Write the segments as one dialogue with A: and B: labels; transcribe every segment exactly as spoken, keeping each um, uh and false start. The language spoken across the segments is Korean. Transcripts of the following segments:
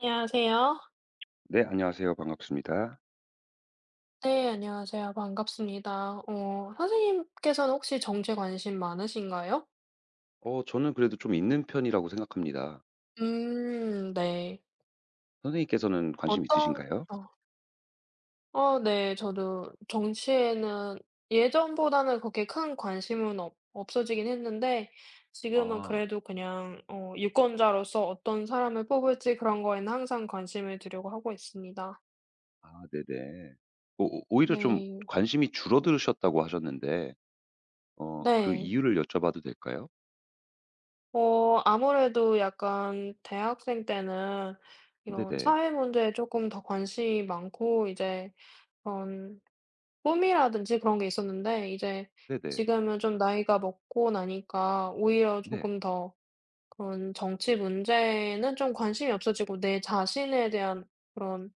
A: 안녕하세요.
B: 네, 안녕하세요. 반갑습니다.
A: 네, 안녕하세요. 반갑습니다. 어 선생님께서는 혹시 정치에 관심 많으신가요?
B: 어 저는 그래도 좀 있는 편이라고 생각합니다.
A: 음, 네.
B: 선생님께서는 관심
A: 어떤
B: 있으신가요?
A: 어 어 네, 저도 정치에는 예전보다는 그렇게 큰 관심은 없 없어지긴 했는데, 지금은
B: 아.
A: 그래도 그냥 어 유권자로서 어떤 사람을 뽑을지 그런 거에는 항상 관심을 두려고 하고 있습니다.
B: 아 네네. 오 오히려 좀
A: 네.
B: 관심이 줄어드셨다고 하셨는데 어 그
A: 네.
B: 이유를 여쭤봐도 될까요?
A: 어 아무래도 약간 대학생 때는 이런
B: 네네.
A: 사회 문제에 조금 더 관심이 많고 이제 그런 꿈이라든지 그런 게 있었는데, 이제
B: 네네.
A: 지금은 좀 나이가 먹고 나니까 오히려
B: 네.
A: 조금 더 그런 정치 문제는 좀 관심이 없어지고 내 자신에 대한 그런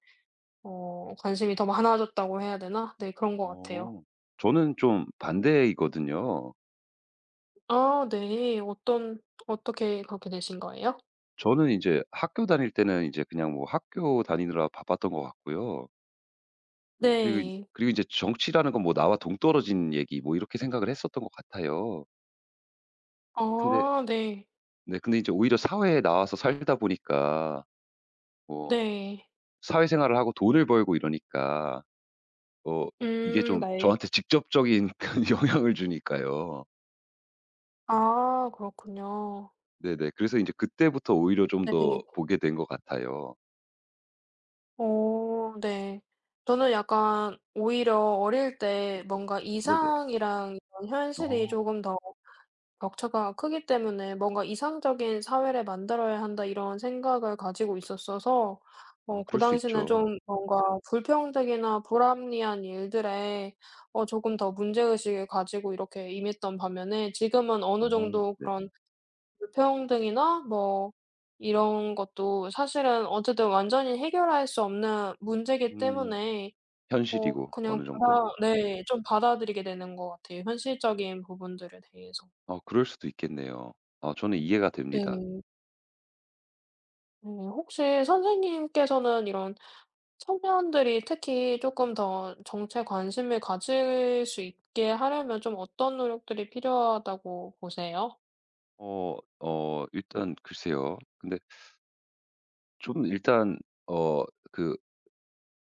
A: 어 관심이 더 많아졌다고 해야 되나? 네, 그런 것 같아요.
B: 어. 저는 좀 반대이거든요.
A: 아, 네. 어떤 어떻게 그렇게 되신 거예요?
B: 저는 이제 학교 다닐 때는 이제 그냥 뭐 학교 다니느라 바빴던 것 같고요. 그리고
A: 네.
B: 그리고 이제 정치라는 건 뭐 나와 동떨어진 얘기 뭐 이렇게 생각을 했었던 것 같아요. 근데
A: 아, 네.
B: 네. 근데 이제 오히려 사회에 나와서 살다 보니까 뭐
A: 네.
B: 사회생활을 하고 돈을 벌고 이러니까 어 이게
A: 음,
B: 좀
A: 네.
B: 저한테 직접적인 영향을 주니까요.
A: 아, 그렇군요.
B: 네네. 그래서 이제 그때부터 오히려 좀 더
A: 네.
B: 보게 된 것 같아요.
A: 어, 네. 저는 약간 오히려 어릴 때 뭔가
B: 네네.
A: 이상이랑 이런 현실이
B: 어.
A: 조금 더 격차가 크기 때문에 뭔가 '이상적인 사회를 만들어야 한다.' 이런 생각을 가지고 있었어서,
B: 아
A: 어 그
B: 그럴 수
A: 당시는
B: 있죠.
A: 좀 뭔가 불평등이나 불합리한 일들에 어 조금 더 문제의식을 가지고 이렇게 임했던 반면에, 지금은
B: 아
A: 어느 정도
B: 네네.
A: 그런 불평등이나 뭐 이런 것도 사실은 어쨌든 완전히 해결할 수 없는 문제이기
B: 음.
A: 때문에 어
B: 현실이고
A: 그냥
B: 어느 정도.
A: 받아 네, 좀 받아들이게 되는 것 같아요, 현실적인 부분들에 대해서.
B: 아 그럴 수도 있겠네요. 아 저는 이해가 됩니다.
A: 네. 네. 혹시 선생님께서는 이런, 청년들이 특히 조금 더 정치에 관심을 가질 수 있게 하려면 좀 어떤 노력들이 필요하다고 보세요?
B: 어 어 일단 글쎄요. 근데 좀 일단 어 그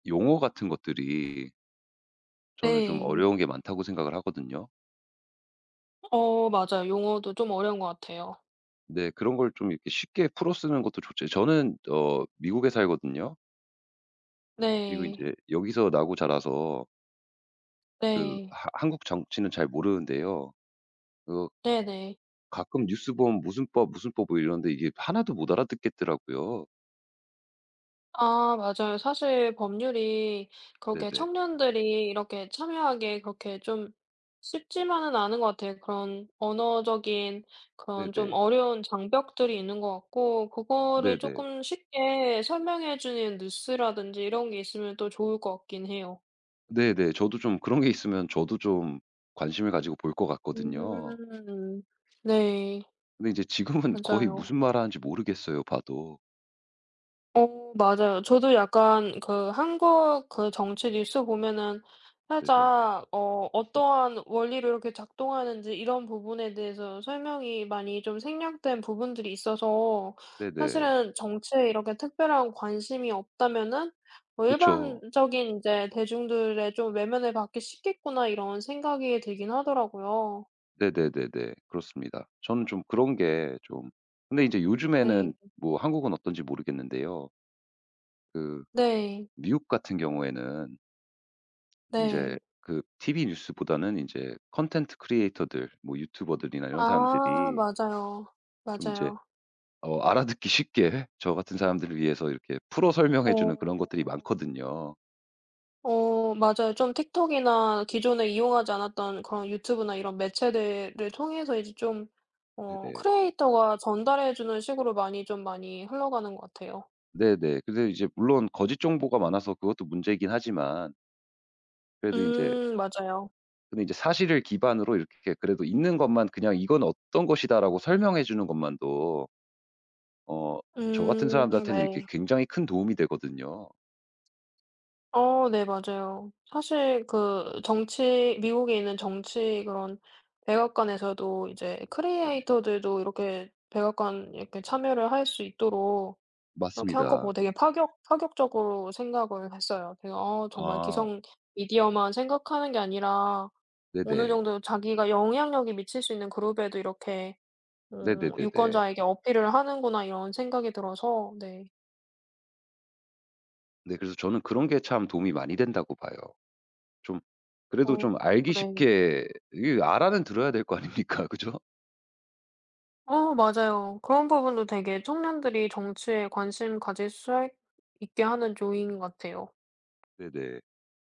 B: 용어 같은 것들이 저는 좀
A: 네.
B: 어려운 게 많다고 생각을 하거든요.
A: 어, 맞아요, 용어도 좀 어려운 것 같아요.
B: 근데 그런 걸 좀 이렇게 쉽게 풀어 쓰는 것도 좋죠. 저는 어 미국에 살거든요. 그리고
A: 네.
B: 인제 여기서 나고 자라서 그
A: 네.
B: 하 한국 정치는 잘 모르는데요. 그
A: 네네.
B: 가끔 뉴스 보면 무슨 법, 무슨 법 뭐 이러는데 이게 하나도 못 알아듣겠더라고요.
A: 아, 맞아요. 사실 법률이 그렇게
B: 네네.
A: 청년들이 이렇게 참여하기에 그렇게 좀 쉽지만은 않은 것 같아요. 그런 언어적인, 그런 좀
B: 네네.
A: 어려운 장벽들이 있는 것 같고, 그거를
B: 네네.
A: 조금 쉽게 설명해 주는 뉴스라든지 이런 게 있으면 또 좋을 것 같긴 해요.
B: 네네. 저도 좀 그런 게 있으면 저도 좀 관심을 가지고 볼 것 같거든요.
A: 음. 네.
B: 근데 이제 지금은 거의
A: 맞아요.
B: 무슨 말하는지 모르겠어요, 봐도.
A: 어, 맞아요, 저도 약간 그 한국 그 정치 뉴스 보면은
B: 네네.
A: 살짝 어
B: 네.
A: 어떠한 원리로 이렇게 작동하는지 이런 부분에 대해서 설명이 많이 좀 생략된 부분들이 있어서,
B: 네네.
A: 사실은 정치에 이렇게 특별한 관심이 없다면은 뭐
B: 그쵸.
A: '일반적인 이제 대중들의 좀 외면을 받기 쉽겠구나.' 이런 생각이 들긴 하더라고요.
B: 네네네네. 그렇습니다. 저는 좀 그런 게 좀 근데 이제 요즘에는
A: 네.
B: 뭐 한국은 어떤지 모르겠는데요. 그
A: 네.
B: 미국 같은 경우에는 인제
A: 네.
B: 그 티브이 뉴스보다는 인제 콘텐츠 크리에이터들 뭐 유튜버들이나 이런
A: 아,
B: 사람들이
A: 맞아요.
B: 좀 이제
A: 맞아요.
B: 어 알아듣기 쉽게 저 같은 사람들을 위해서 이렇게 풀어
A: 어.
B: 설명해 주는 그런 것들이 많거든요.
A: 어, 맞아요, 좀 틱톡이나 기존에 이용하지 않았던 그런 유튜브나 이런 매체들을 통해서 이제 좀 어
B: 네네.
A: 크리에이터가 전달해 주는 식으로 많이 좀 많이 흘러가는 것 같아요.
B: 네네. 근데 이제 물론 거짓 정보가 많아서 그것도 문제이긴 하지만 그래도 인제
A: 음, 맞아요.
B: 근데 이제 사실을 기반으로 이렇게 그래도 있는 것만 그냥 "이건 어떤 것이다."라고 설명해 주는 것만도 어 저 같은
A: 음,
B: 사람들한테는 이렇게
A: 네.
B: 굉장히 큰 도움이 되거든요.
A: 어, 네, 맞아요. 사실 그 정치 미국에 있는 정치 그런 백악관에서도 이제
B: 네네.
A: 크리에이터들도 이렇게 백악관 이렇게 참여를 할 수 있도록 그렇게 한 거 보고
B: 맞습니다.
A: 되게 파격 파격적으로 생각을 했어요. 제가 '어 정말
B: 아
A: 기성 미디어만 생각하는 게 아니라 어느
B: 네네.
A: 정도 자기가 영향력이 미칠 수 있는 그룹에도 이렇게 음,
B: 네네네네.
A: 유권자에게 어필을 하는구나.' 이런 생각이 들어서 네.
B: 네 그래서 저는 그런 게 참 도움이 많이 된다고 봐요. 좀 그래도
A: 어,
B: 좀 알기
A: 네.
B: 쉽게 이게 알아는 들어야 될 거 아닙니까? 그죠?
A: 어, 맞아요, 그런 부분도 되게 청년들이 정치에 관심 가질 수 있- 있게 하는 요인 같아요.
B: 네네.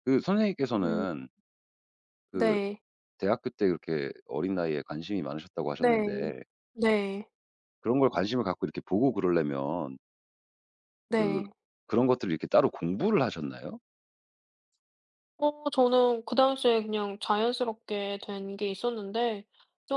B: 그
A: 음.
B: 선생님께서는 그
A: 네.
B: 대학교 때 그렇게 어린 나이에 관심이 많으셨다고
A: 네.
B: 하셨는데
A: 네.
B: 그런 걸 관심을 갖고 이렇게 보고 그러려면 그
A: 네.
B: 그런 것들을 이렇게 따로 공부를 하셨나요?
A: 어 저는 그 당시에 그냥 자연스럽게 된 게 있었는데,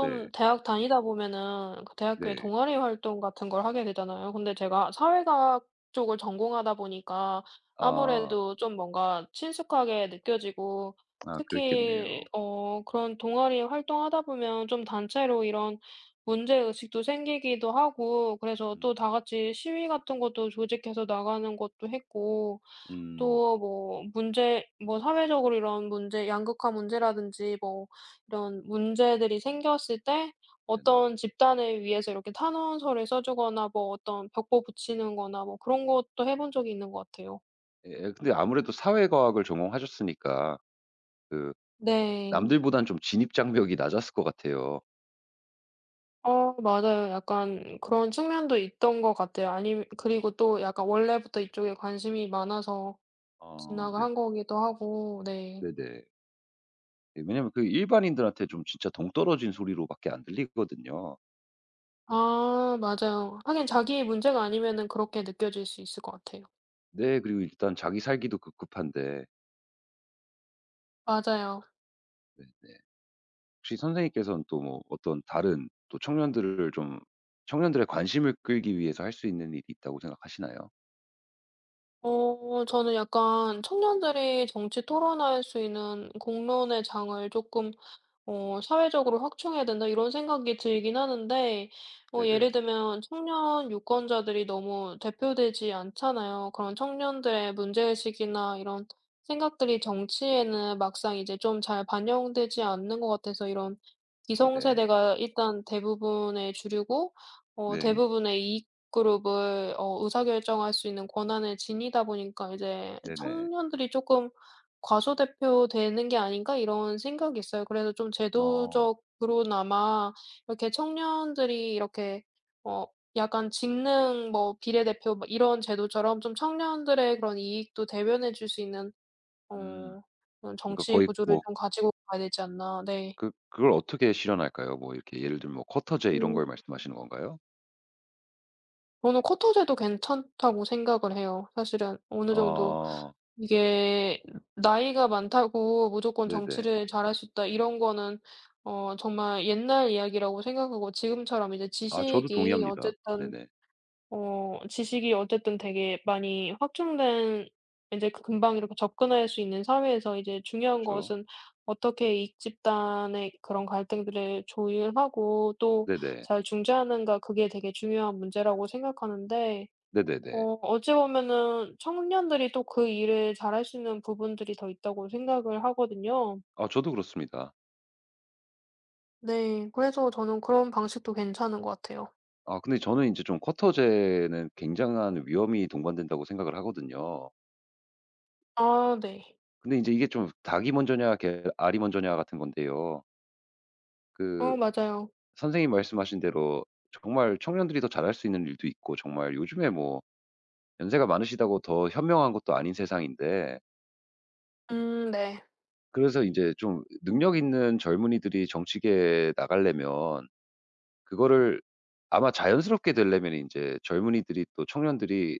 B: 네.
A: 대학 다니다 보면은 그 대학교에
B: 네.
A: 동아리 활동 같은 걸 하게 되잖아요. 근데 제가 사회과학 쪽을 전공하다 보니까
B: 아.
A: 아무래도 좀 뭔가 친숙하게 느껴지고,
B: 아
A: 특히
B: 그랬겠네요.
A: 어 그런 동아리 활동하다 보면 좀 단체로 이런 문제의식도 생기기도 하고, 그래서
B: 음.
A: 또 다 같이 시위 같은 것도 조직해서 나가는 것도 했고,
B: 음.
A: 또 뭐 문제, 뭐 사회적으로 이런 문제, 양극화 문제라든지 뭐 이런 문제들이 생겼을 때
B: 네네.
A: 어떤 집단을 위해서 이렇게 탄원서를 써 주거나 뭐 어떤 벽보 붙이는 거나 뭐 그런 것도 해본 적이 있는 것 같아요.
B: 예예. 근데 아무래도 사회과학을 전공하셨으니까 그
A: 네.
B: 남들보단 좀 진입 장벽이 낮았을 것 같아요.
A: 어, 맞아요, 약간 그런 측면도 있던 것 같아요. 아님 그리고 또 약간 원래부터 이쪽에 관심이 많아서
B: 어
A: 진학을
B: 네네.
A: 한 거기도 하고 네.
B: 네네. 예 왜냐면 그 일반인들한테 좀 진짜 동떨어진 소리로 밖에 안 들리거든요.
A: 아, 맞아요. 하긴 자기의 문제가 아니면은 그렇게 느껴질 수 있을 것 같아요.
B: 네. 그리고 일단 자기 살기도 급급한데.
A: 맞아요.
B: 네네. 혹시 선생님께서는 또 뭐 어떤 다른 또 청년들을 좀 청년들의 관심을 끌기 위해서 할 수 있는 일이 있다고 생각하시나요?
A: 어 저는 약간 청년들이 정치 토론할 수 있는 공론의 장을 조금 어 '사회적으로 확충해야 된다.' 이런 생각이 들긴 하는데, 어 예를
B: 네네.
A: 들면 청년 유권자들이 너무 대표되지 않잖아요. 그런 청년들의 문제의식이나 이런 생각들이 정치에는 막상 이제 좀 잘 반영되지 않는 것 같아서, 이런
B: 네네.
A: 기성세대가 일단 대부분의 주류고, 어
B: 네.
A: 대부분의 이익 그룹을 어 의사결정할 수 있는 권한을 지니다 보니까 이제
B: 네네.
A: 청년들이 조금 '과소대표 되는 게 아닌가?' 이런 생각이 있어요. 그래서 좀
B: 어.
A: 제도적으로나마 이렇게 청년들이 이렇게 어 약간 직능 뭐 비례대표 뭐 이런 제도처럼 좀 청년들의 그런 이익도 대변해 줄 수 있는
B: 음.
A: 어 그런
B: 그러니까
A: 정치
B: 거의
A: 구조를
B: 뭐
A: 좀 가지고 가야 되지 않나. 네.
B: 그 그걸 어떻게 실현할까요? 뭐 이렇게 예를 들면 뭐 쿼터제 이런 걸
A: 음
B: 말씀하시는 건가요?
A: 저는 쿼터제도 괜찮다고 생각을 해요 사실은. 어느 정도
B: 아.
A: 이게 나이가 많다고 무조건
B: 네네.
A: 정치를 잘할 수 있다 이런 거는 어 정말 옛날 이야기라고 생각하고, 지금처럼 이제
B: 아 저도
A: 지식이
B: 동의합니다.
A: 어쨌든
B: 네네.
A: 어 지식이 어쨌든 되게 많이 확장된, 이제 그 금방 이렇게 접근할 수 있는 사회에서 이제 중요한
B: 그쵸.
A: 것은 어떻게 이익 집단의 그런 갈등들을 조율하고 또
B: 네네.
A: 잘 중재하는가, 그게 되게 중요한 문제라고 생각하는데, 어
B: 네네네.
A: 어찌 보면은 청년들이 또 그 일을 잘할 수 있는 부분들이 더 있다고 생각을 하거든요.
B: 아 저도 그렇습니다.
A: 네, 그래서 저는 그런 방식도 괜찮은 것 같아요.
B: 아 근데 저는 인제 좀 쿼터제는 굉장한 위험이 동반된다고 생각을 하거든요.
A: 아, 네.
B: 근데 인제 이게 좀 닭이 먼저냐 개 알이 먼저냐 같은 건데요. 그
A: 어, 맞아요.
B: 선생님 말씀하신 대로 정말 청년들이 더 잘할 수 있는 일도 있고 정말 요즘에 뭐 연세가 많으시다고 더 현명한 것도 아닌 세상인데
A: 음, 네.
B: 그래서 인제 좀 능력 있는 젊은이들이 정치계에 나가려면 그거를 아마 자연스럽게 되려면 인제 젊은이들이 또 청년들이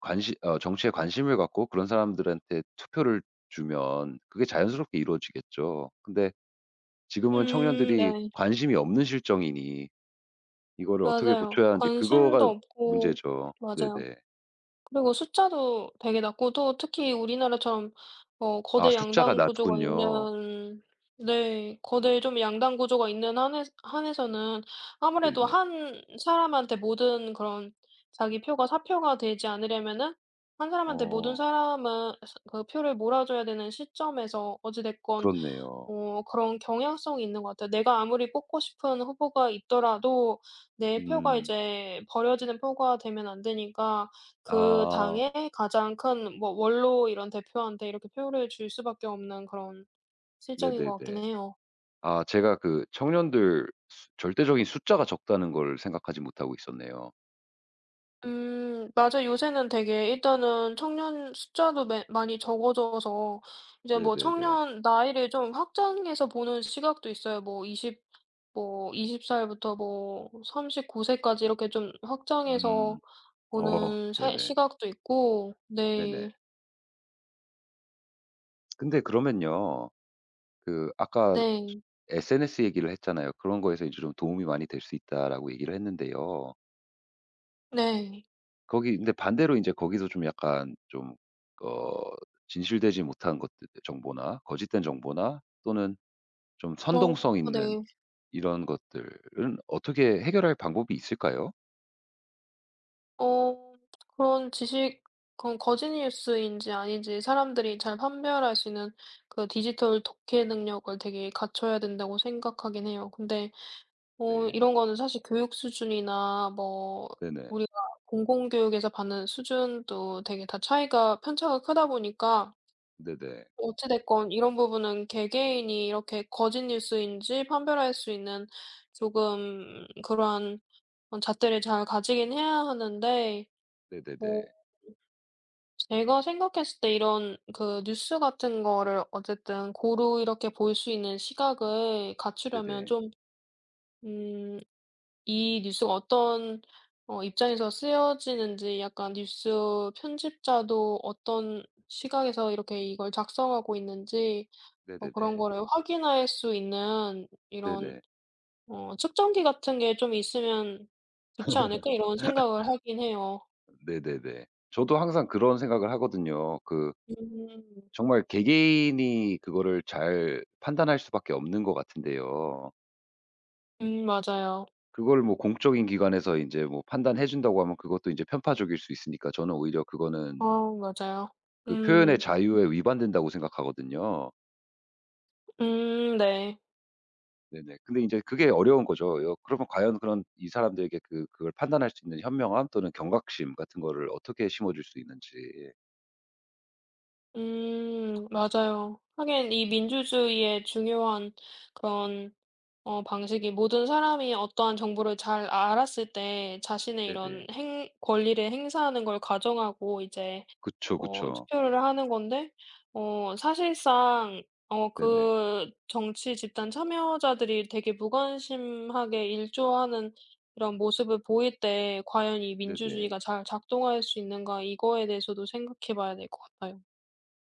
B: 관시 어 정치에 관심을 갖고 그런 사람들한테 투표를 주면 그게 자연스럽게 이루어지겠죠. 근데 지금은
A: 음,
B: 청년들이
A: 네.
B: 관심이 없는 실정이니 이거를 어떻게
A: 맞아요.
B: 고쳐야 하는지
A: 관심도
B: 그거가
A: 없고.
B: 문제죠.
A: 맞아요.
B: 네네.
A: 그리고 숫자도 되게 낮고, 또 특히 우리나라처럼 어
B: 아
A: 거대
B: 숫자가
A: 양당 구조가
B: 낮군요.
A: 있는. 네. 거대 좀 양당 구조가 있는 한에 한에서는 아무래도
B: 네네.
A: 한 사람한테 모든 그런, 자기 표가 사표가 되지 않으려면은, 한 사람한테 모든
B: 어
A: 사람은 그 표를 몰아줘야 되는 시점에서 어찌 됐건
B: 그렇네요.
A: 어 그런 경향성이 있는 것 같아요. 내가 아무리 뽑고 싶은 후보가 있더라도 내 표가
B: 음.
A: 이제 버려지는 표가 되면 안 되니까, 그
B: 아
A: 당의 가장 큰 뭐 원로 이런 대표한테 이렇게 표를 줄 수밖에 없는 그런 실정인 것 같긴
B: 네네네.
A: 해요.
B: 아 제가 그 청년들 수 절대적인 숫자가 적다는 걸 생각하지 못하고 있었네요.
A: 음, 맞아 요. 새는 되게 일단은 청년 숫자도 매 많이 적어져서, 이제 뭐
B: 네네네.
A: 청년 나이를 좀 확장해서 보는 시각도 있어요. 뭐20, 뭐 스무 살부터 뭐 삼십구 세까지 이렇게 좀
B: 음.
A: 확장해서
B: 어
A: 보는 세
B: 네네.
A: 시각도 있고 네.
B: 네네. 근데 그러면요. 그 아까
A: 네.
B: 에스엔에스 얘기를 했잖아요. 그런 거에서 이제 좀 도움이 많이 될 수 있다라고 얘기를 했는데요.
A: 네.
B: 거기 근데 반대로 이제 거기서 좀 약간 좀 어 진실되지 못한 것들 정보나 거짓된 정보나 또는 좀
A: 어,
B: 선동성 있는
A: 네.
B: 이런 것들은 어떻게 해결할 방법이 있을까요?
A: 어 그런 지식 그런 거짓 뉴스인지 아닌지 사람들이 잘 판별할 수 있는 그 디지털 독해 능력을 되게 갖춰야 된다고 생각하긴 해요. 근데 어
B: 네.
A: 이런 거는 사실 교육 수준이나 뭐
B: 네네.
A: 우리가 공공교육에서 받는 수준도 되게 다 차이가 편차가 크다 보니까,
B: 네네.
A: 어찌 됐건 이런 부분은 개개인이 이렇게 거짓 뉴스인지 판별할 수 있는 조금 그러한 어 잣대를 잘 가지긴 해야 하는데, 뭐
B: 네네네.
A: 제가 생각했을 때 이런 그 뉴스 같은 거를 어쨌든 고루 이렇게 볼 수 있는 시각을 갖추려면
B: 네네.
A: 좀, 음 이 뉴스가 어떤 어 입장에서 쓰여지는지, 약간 뉴스 편집자도 어떤 시각에서 이렇게 이걸 작성하고 있는지, 뭐 그런
B: 네네네.
A: 거를 확인할 수 있는 이런
B: 네네.
A: 어 '측정기 같은 게 좀 있으면 좋지 않을까?' 이런 생각을 하긴 해요.
B: 네네네. 저도 항상 그런 생각을 하거든요. 그
A: 음.
B: 정말 개개인이 그거를 잘 판단할 수밖에 없는 것 같은데요.
A: 음, 맞아요.
B: 그걸 뭐 공적인 기관에서 인제 뭐 판단해 준다고 하면 그것도 인제 편파적일 수 있으니까 저는 오히려
A: 아,
B: 그거는
A: 맞아요.
B: 그 표현의
A: 음.
B: 자유에 위반된다고 생각하거든요.
A: 음, 네.
B: 네네. 근데 인제 그게 어려운 거죠. 여 그러면 과연 그런 이 사람들에게 그 그걸 판단할 수 있는 현명함 또는 경각심 같은 거를 어떻게 심어줄 수 있는지.
A: 음, 맞아요. 하긴 이 민주주의의 중요한 그런 어 방식이, 모든 사람이 어떠한 정보를 잘 알았을 때 자신의 이런
B: 네네.
A: 행 권리를 행사하는 걸 가정하고 이제
B: 그쵸,
A: 어
B: 그쵸.
A: 투표를 하는 건데, 어 사실상 어
B: 네네.
A: 그 정치 집단 참여자들이 되게 무관심하게 일조하는 이런 모습을 보일 때 '과연 이
B: 네네.
A: 민주주의가 잘 작동할 수 있는가.' 이거에 대해서도 생각해 봐야 될 것 같아요.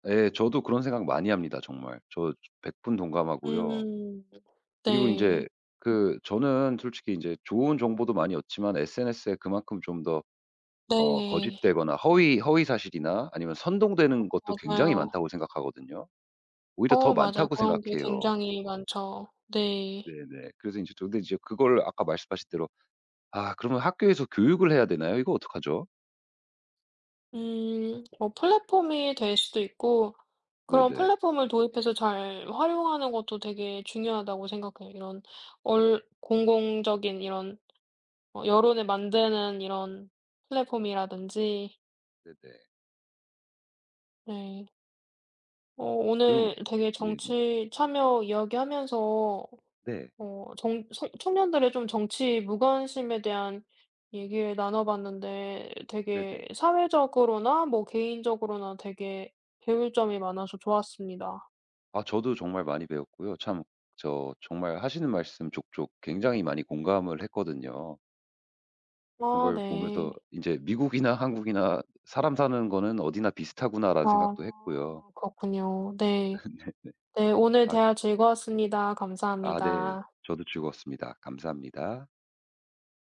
B: 예. 저도 그런 생각 많이 합니다 정말. 저 백분 동감하고요.
A: 음.
B: 그리고 인제
A: 네.
B: 그 저는 솔직히 인제 좋은 정보도 많이 얻지만 에스엔에스에 그만큼 좀더 어
A: 네.
B: 거짓되거나 허위 허위 사실이나 아니면 선동되는 것도 굉장히
A: 맞아요.
B: 많다고 생각하거든요. 오히려 더
A: 어, 맞아요,
B: 많다고
A: 그런 게
B: 생각해요.
A: 굉장히 많죠. 네.
B: 네네. 그래서 이제저 근데 이제 그걸 아까 말씀하신 대로 '아 그러면 학교에서 교육을 해야 되나요? 이거 어떡하죠?'
A: 음 뭐 플랫폼이 될 수도 있고, 그런
B: 네네.
A: 플랫폼을 도입해서 잘 활용하는 것도 되게 중요하다고 생각해요. 이런 얼 공공적인 이런 어 여론을 만드는 이런 플랫폼이라든지.
B: 네네.
A: 네. 어
B: 그럼
A: 오늘 되게
B: 네네.
A: 정치 참여 이야기하면서
B: 네.
A: 어 정 청 청년들의 좀 정치 무관심에 대한 얘기를 나눠봤는데,
B: 네네.
A: 되게 사회적으로나 뭐 개인적으로나 되게 배울 점이 많아서 좋았습니다.
B: 아 저도 정말 많이 배웠고요. 참 저 정말 하시는 말씀 족족 굉장히 많이 공감을 했거든요. 그런
A: 아,
B: 걸
A: 네.
B: 보면서 이제 '미국이나 한국이나 사람 사는 거는 어디나 비슷하구나.'라는
A: 아,
B: 생각도 했고요.
A: 그렇군요. 네. 네, 오늘 대화
B: 아
A: 즐거웠습니다.
B: 아 네.
A: 감사합니다.
B: 저도 즐거웠습니다. 감사합니다.